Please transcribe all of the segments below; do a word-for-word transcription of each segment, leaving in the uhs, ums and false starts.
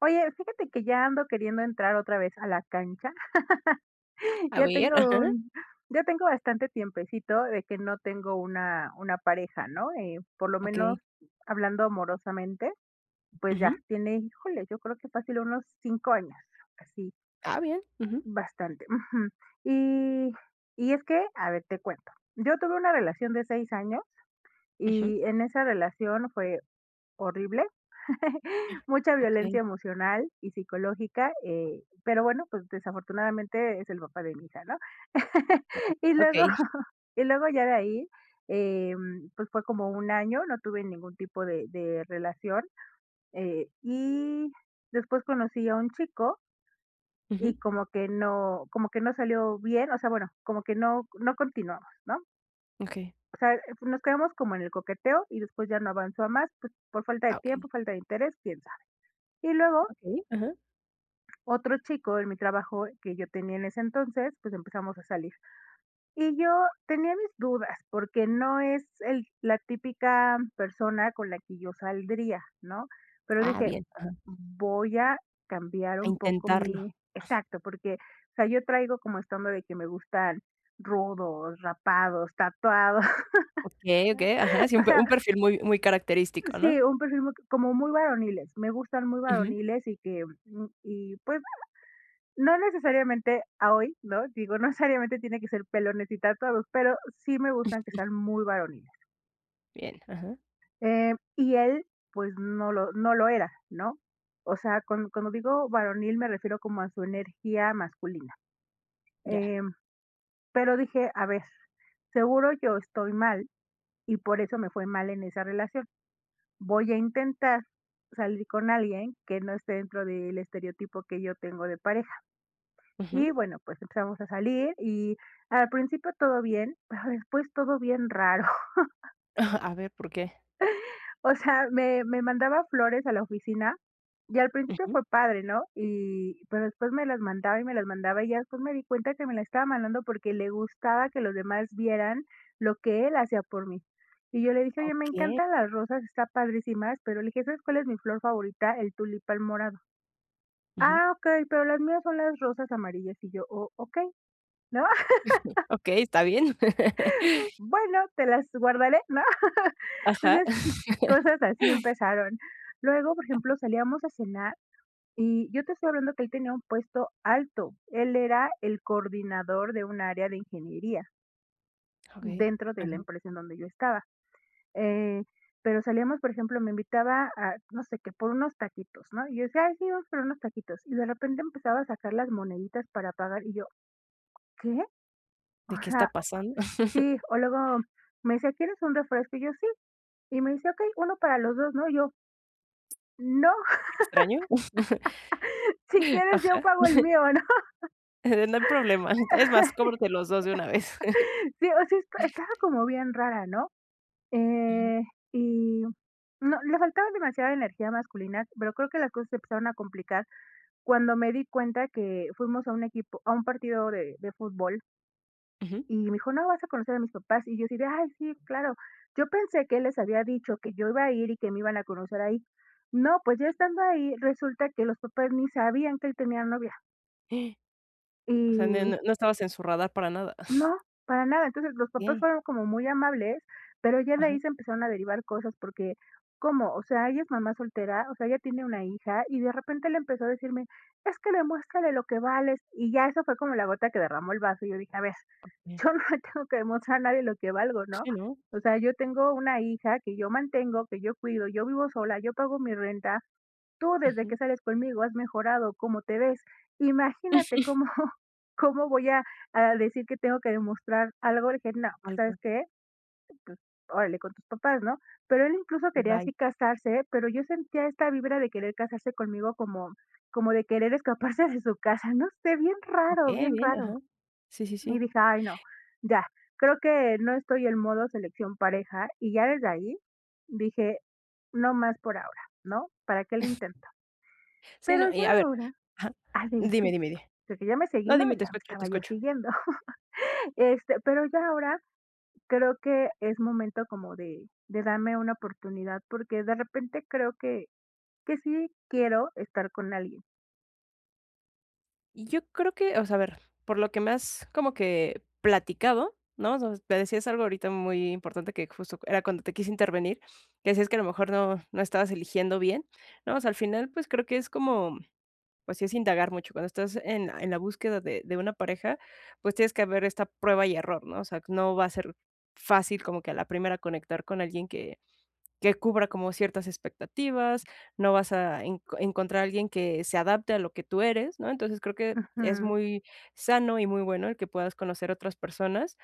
Oye, fíjate que ya ando queriendo entrar otra vez a la cancha. A Ya ver, tengo ajá. un ya tengo bastante tiempecito de que no tengo una una pareja, ¿no? Eh, por lo Okey. menos hablando amorosamente, pues ya Ujú. tiene, híjole, yo creo que fácil unos cinco años, así, Ah, bien. Ujú, bastante. Ujú. Y y es que, a ver, te cuento. Yo tuve una relación de seis años ujú. y en esa relación fue horrible. Mucha Okey, violencia emocional y psicológica, eh, pero bueno, pues desafortunadamente es el papá de mi hija, ¿no? wao, Y luego okey. y luego ya de ahí, em, pues fue como un año, no tuve ningún tipo de de relación, eh, y después conocí a un chico Ujú, y como que no como que no salió bien, o sea, bueno, como que no no continuamos, ¿no? okey. O sea, nos quedamos como en el coqueteo y después ya no avanzó a más, pues por falta de Ah, okey, tiempo, falta de interés, quién sabe. Y luego okey, ajá. Otro chico en mi trabajo que yo tenía en ese entonces, pues empezamos a salir. Y yo tenía mis dudas, porque no es el la típica persona con la que yo saldría, ¿no? Pero Ah, dije, bien, ajá. voy a cambiar A un poco intentarlo. mi exacto, porque, o sea, yo traigo como esta onda de que me gustan rudos, rapados, tatuados, Okey, okey, ajá, sí, un o pe sea, un perfil muy muy característico, ¿no? sí, un perfil muy como muy varoniles, me gustan muy Ujú. varoniles y que, mm, y pues no necesariamente a hoy, ¿no? Digo, no necesariamente tiene que ser pelones y tatuados, pero sí me gustan que sean muy varoniles. Bien, ajá, Em, y él, pues, no lo no lo era, ¿no? O sea, cuan cuando digo varonil, me refiero como a su energía masculina. ya. Em, pero dije: "A ver, seguro yo estoy mal, y por eso me fue mal en esa relación. Voy a intentar salir con alguien que no esté dentro del estereotipo que yo tengo de pareja". Y Ujú. bueno, pues empezamos a salir y al principio todo bien, pero después todo bien raro. A ver, ¿por qué? O sea, me me mandaba flores a la oficina y al principio Ujú. fue padre, ¿no? Y pero después me las mandaba y me las mandaba y ya después me di cuenta que me las estaba mandando porque le gustaba que los demás vieran lo que él hacía por mí. Y yo le dije: "Oye, me Okey. encantan las rosas, está padrísimas", pero le dije: "¿Sabes cuál es mi flor favorita? El tulipán morado". Ujú. "Ah, okey, pero las mías son las rosas amarillas", y yo: "Oh, okey", ¿no? Okey, está bien. Bueno, te las guardaré, ¿no? Ajá. Entonces, cosas así empezaron. Luego, por ejemplo, salíamos a cenar y yo te estoy hablando que él tenía un puesto alto. Él era el coordinador de un área de ingeniería Okey. dentro de la Ajá. empresa en donde yo estaba. Eh, pero salíamos, por ejemplo, me invitaba a, no sé, qué por unos taquitos, ¿no? Y yo decía, ay, sí, vamos por unos taquitos. Y de repente empezaba a sacar las moneditas para pagar y yo, ¿qué? ¿De O qué está sea, pasando? sí, o luego me decía, ¿quieres un refresco? Y yo, sí. Y me dice: "Okey, uno para los dos ¿no?" Y yo: "No, ¿Te extraño? si quieres yo Ajá. pago el mío", ¿no? No hay problema. Es más, cóbrate los dos de una vez. Sí, o sea, esta estaba como bien rara, ¿no? Ujú, Eh, y no, le faltaba demasiada energía masculina, pero creo que las cosas se empezaron a complicar cuando me di cuenta que fuimos a un equipo a un partido de de fútbol, y me dijo: "No, vas a conocer a mis papás", y yo así de: "Ay, sí, claro". Yo pensé que él les había dicho que yo iba a ir y que me iban a conocer ahí. No, pues ya estando ahí, resulta que los papás ni sabían que él tenía novia. ujú. Y O sea, ne no no estabas en su radar para nada. No, para nada. Entonces, los papás Okey, fueron como muy amables, pero ya de ajá, ahí se empezaron a derivar cosas porque, ¿cómo? O sea, ella es mamá soltera, o sea, ella tiene una hija y de repente le empezó a decirme, es que demuéstrale lo que vales. Y ya eso fue como la gota que derramó el vaso. Y yo dije, a ver, okey. yo no le tengo que demostrar a nadie lo que valgo, ¿no? Sí, ¿no? O sea, yo tengo una hija que yo mantengo, que yo cuido, yo vivo sola, yo pago mi renta, tú desde Ujú. que sales conmigo has mejorado cómo te ves. Imagínate cómo cómo voy a a decir que tengo que demostrar algo". Le dije: "No, pues, ¿sabes Algo, qué? Pues, órale, con tus papás", ¿no? Pero él incluso quería Ibai, así casarse, pero yo sentía esta vibra de querer casarse conmigo como como de querer escaparse de su casa, no sé, bien raro, okey. Okey, bien bien, raro. ajá. Sí, sí, Y sí. dije: "Ay, no, ya, creo que no estoy en modo selección pareja", y ya desde ahí dije: "No más por ahora", ¿no? ¿Para qué le intento? Sí, Pero no, ya y a ver, ahora ajá. Ah, sí, Dime, sí, dime, dime. porque ya me seguí, No, ¿no? dime, te Ya me escucho, te estaba yo escucho. siguiendo. Este, pero ya ahora creo que es momento como de de darme una oportunidad, porque de repente creo que que sí quiero estar con alguien. Y Yo creo que, o sea, a ver, por lo que me has como que platicado, ¿no? O sea, me decías algo ahorita muy importante que justo era cuando te quise intervenir, que decías que a lo mejor no no estabas eligiendo bien, ¿no? O sea, al final, pues, creo que es como pues sí es indagar mucho. Cuando estás en en la búsqueda de de una pareja, pues tienes que haber esta prueba y error, ¿no? O sea, no va a ser fácil como que a la primera conectar con alguien que que cubra como ciertas expectativas, no vas a en encontrar a alguien que se adapte a lo que tú eres, ¿no? Entonces, creo que es Ujú. muy sano y muy bueno el que puedas conocer otras personas.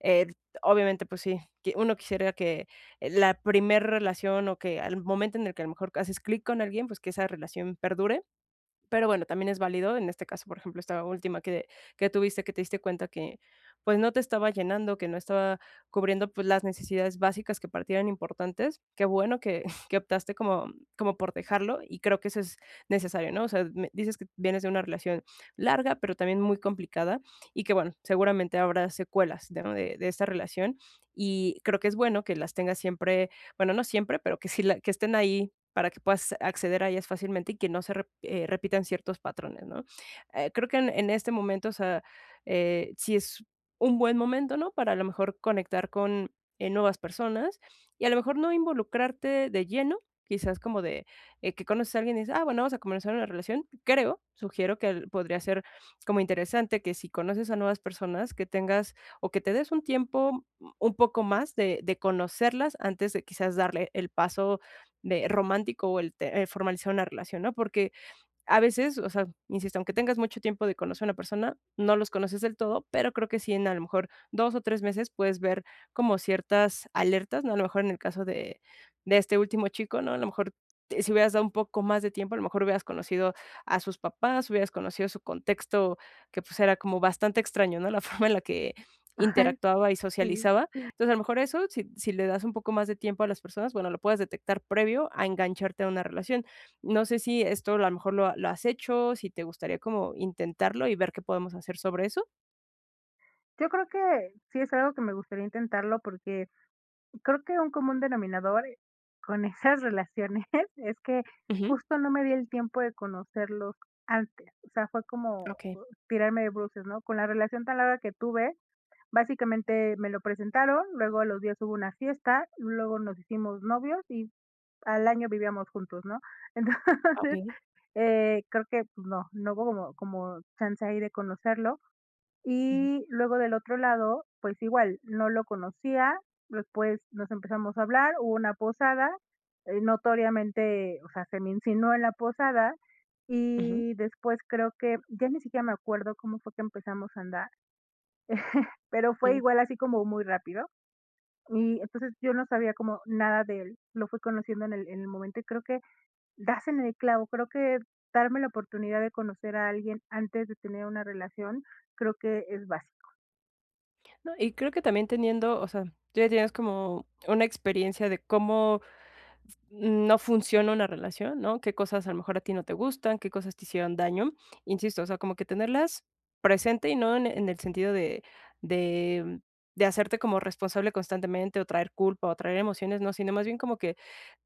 Eh, Obviamente, pues sí, que uno quisiera que eh, la primer relación o que al momento en el que a lo mejor haces clic con alguien, pues que esa relación perdure. Pero bueno, también es válido, en este caso, por ejemplo, esta última que que tuviste, que te diste cuenta que, pues, no te estaba llenando, que no estaba cubriendo, pues, las necesidades básicas que para ti eran importantes. Qué bueno que que optaste como como por dejarlo, y creo que eso es necesario, ¿no? O sea, me dices que vienes de una relación larga, pero también muy complicada, y que, bueno, seguramente habrá secuelas, ¿no?, de de esta relación, y creo que es bueno que las tengas siempre, bueno, no siempre, pero que sí la que estén ahí para que puedas acceder a ellas fácilmente y que no se rep eh, repitan ciertos patrones, ¿no? Eh, creo que en en este momento, o sea, eh, sí es un buen momento, ¿no? Para a lo mejor conectar con, eh, nuevas personas y a lo mejor no involucrarte de lleno, quizás como de, eh, que conoces a alguien y dices: "Ah, bueno, vamos a comenzar una relación". Creo, sugiero que el podría ser como interesante que si conoces a nuevas personas, que tengas o que te des un tiempo mm, un poco más de de conocerlas antes de quizás darle el paso de romántico o el, te- el formalizar una relación, ¿no? Porque a veces, o sea, insisto, aunque tengas mucho tiempo de conocer a una persona, no los conoces del todo, pero creo que sí en a lo mejor dos o tres meses puedes ver como ciertas alertas, ¿no? A lo mejor en el caso de de este último chico, ¿no? A lo mejor te si hubieras dado un poco más de tiempo, a lo mejor hubieras conocido a sus papás, hubieras conocido su contexto, que, pues, era como bastante extraño, ¿no? La forma en la que Ay, interactuaba y sí. socializaba. Entonces, a lo mejor eso, si si le das un poco más de tiempo a las personas, bueno, lo puedes detectar previo a engancharte a una relación. No sé si esto a lo mejor lo lo has hecho, si te gustaría como intentarlo y ver qué podemos hacer sobre eso. Yo creo que sí es algo que me gustaría intentarlo, porque creo que un común denominador con esas relaciones es que Ujú. justo no me di el tiempo de conocerlos antes. O sea, fue como Okey, uh, tirarme de bruces, ¿no? Con la relación tan larga que tuve básicamente me lo presentaron, luego a los días hubo una fiesta, luego nos hicimos novios y al año vivíamos juntos, ¿no? Entonces, okey. eh, creo que pues no, no hubo como como chance ahí de conocerlo. Ujú, Y luego del otro lado, pues igual, no lo conocía, después nos empezamos a hablar, hubo una posada, eh, notoriamente, o sea, se me insinuó en la posada ujú. y después creo que ya ni siquiera me acuerdo cómo fue que empezamos a andar, pero fue Sí. igual así como muy rápido. Y entonces yo no sabía como nada de él, lo fui conociendo en el en el momento y creo que das en el clavo, creo que darme la oportunidad de conocer a alguien antes de tener una relación, creo que es básico. No, y creo que también teniendo, o sea, tú ya tienes como una experiencia de cómo no funciona una relación, ¿no? Qué cosas a lo mejor a ti no te gustan, qué cosas te hicieron daño. Insisto, o sea, como que tenerlas presente y no en en el sentido de de de hacerte como responsable constantemente o traer culpa o traer emociones, no, sino más bien como que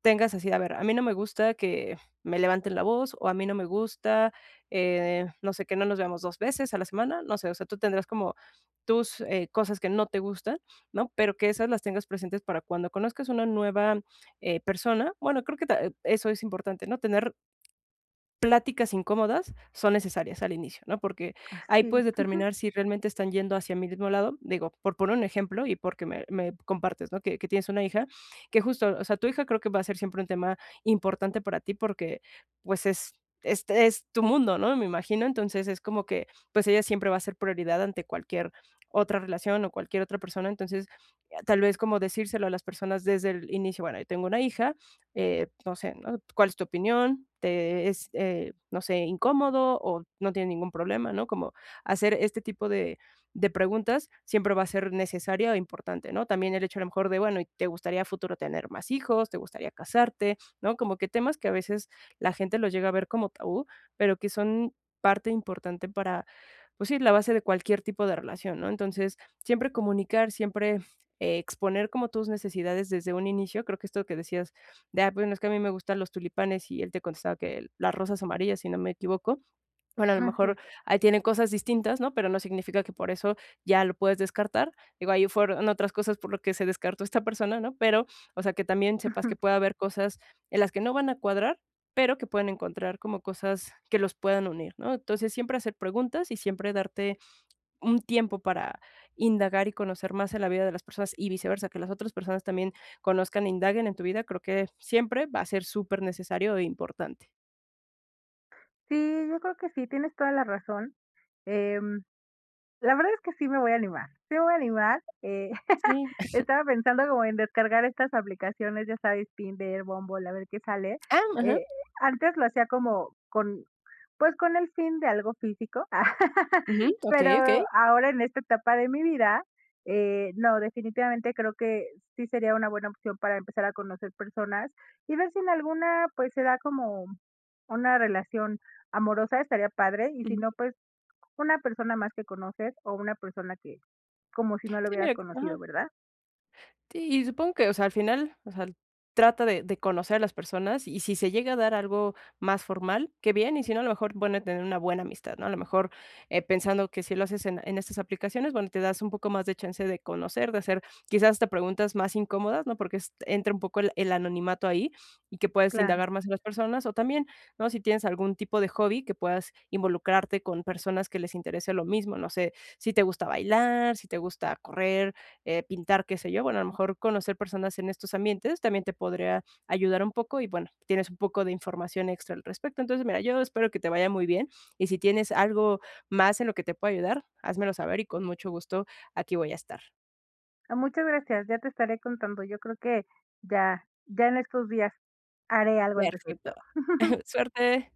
tengas así, a ver, a mí no me gusta que me levanten la voz o a mí no me gusta, eh, no sé, que no nos veamos dos veces a la semana, no sé, o sea, tú tendrás como tus, eh, cosas que no te gustan, ¿no? Pero que esas las tengas presentes para cuando conozcas una nueva, eh, persona. Bueno, creo que ta eh, eso es importante, ¿no? Tener pláticas incómodas son necesarias al inicio, ¿no? Porque ahí Así, puedes determinar si realmente están yendo hacia mi mismo lado. Digo, por poner un ejemplo y porque me, me compartes, ¿no? Que, que tienes una hija, que justo, o sea, tu hija creo que va a ser siempre un tema importante para ti porque pues es... Este es tu mundo, ¿no? Me imagino. Entonces es como que, pues ella siempre va a ser prioridad ante cualquier otra relación o cualquier otra persona. Entonces, tal vez como decírselo a las personas desde el inicio, bueno, yo tengo una hija, eh, no sé, ¿no? ¿Cuál es tu opinión? ¿Te es, eh, no sé, incómodo o no tiene ningún problema, ¿no? Como hacer este tipo de, de preguntas siempre va a ser necesaria o importante, ¿no? También el hecho a lo mejor de, bueno, ¿y ¿te gustaría a futuro tener más hijos? ¿Te gustaría casarte? ¿No? Como que temas que a veces la gente los llega a ver como tabú, pero que son parte importante para, pues sí, la base de cualquier tipo de relación, ¿no? Entonces, siempre comunicar, siempre eh, exponer como tus necesidades desde un inicio, creo que esto que decías de: "Ah, bueno, es que a mí me gustan los tulipanes", y él te contestaba que las rosas amarillas, si no me equivoco. Bueno, a lo así mejor es. ahí tienen cosas distintas, ¿no? Pero no significa que por eso ya lo puedes descartar. Digo, ahí fueron otras cosas por lo que se descartó esta persona, ¿no? Pero, o sea, que también sepas que puede haber cosas en las que no van a cuadrar, pero que pueden encontrar como cosas que los puedan unir, ¿no? Entonces, siempre hacer preguntas y siempre darte un tiempo para indagar y conocer más en la vida de las personas y viceversa, que las otras personas también conozcan e indaguen en tu vida, creo que siempre va a ser súper necesario e importante. Sí, yo creo que sí, tienes toda la razón. Em, la verdad es que sí me voy a animar, sí me voy a animar, eh, Sí. estaba pensando como en descargar estas aplicaciones, ya sabes, Tinder, Bumble, a ver qué sale. Ah, ajá. Eh, antes lo hacía como con pues con el fin de algo físico, Ujú. pero Okey, okey. ahora en esta etapa de mi vida, eh, no, definitivamente creo que sí sería una buena opción para empezar a conocer personas y ver si en alguna, pues, se da como una relación amorosa, estaría padre, y si Ujú. no, pues, una persona más que conoces o una persona que como si no lo Sí, hubieras mira, conocido, ajá. ¿verdad? Sí, y supongo que, o sea, al final, o sea, trata de de conocer a las personas, y si se llega a dar algo más formal, qué bien, y si no, a lo mejor, bueno, tener una buena amistad, ¿no? A lo mejor, eh, pensando que si lo haces en en estas aplicaciones, bueno, te das un poco más de chance de conocer, de hacer quizás hasta preguntas más incómodas, ¿no? Porque es entra un poco el el anonimato ahí, y que puedes Claro. indagar más en las personas, o también, ¿no? Si tienes algún tipo de hobby, que puedas involucrarte con personas que les interese lo mismo, no sé, si te gusta bailar, si te gusta correr, eh, pintar, qué sé yo. Bueno, a lo mejor conocer personas en estos ambientes también te podría ayudar un poco y bueno, tienes un poco de información extra al respecto. Entonces, mira, yo espero que te vaya muy bien y si tienes algo más en lo que te pueda ayudar, házmelo saber y con mucho gusto aquí voy a estar. Ah, muchas gracias, ya te estaré contando. Yo creo que ya ya en estos días haré algo al Perfecto. respecto. Suerte.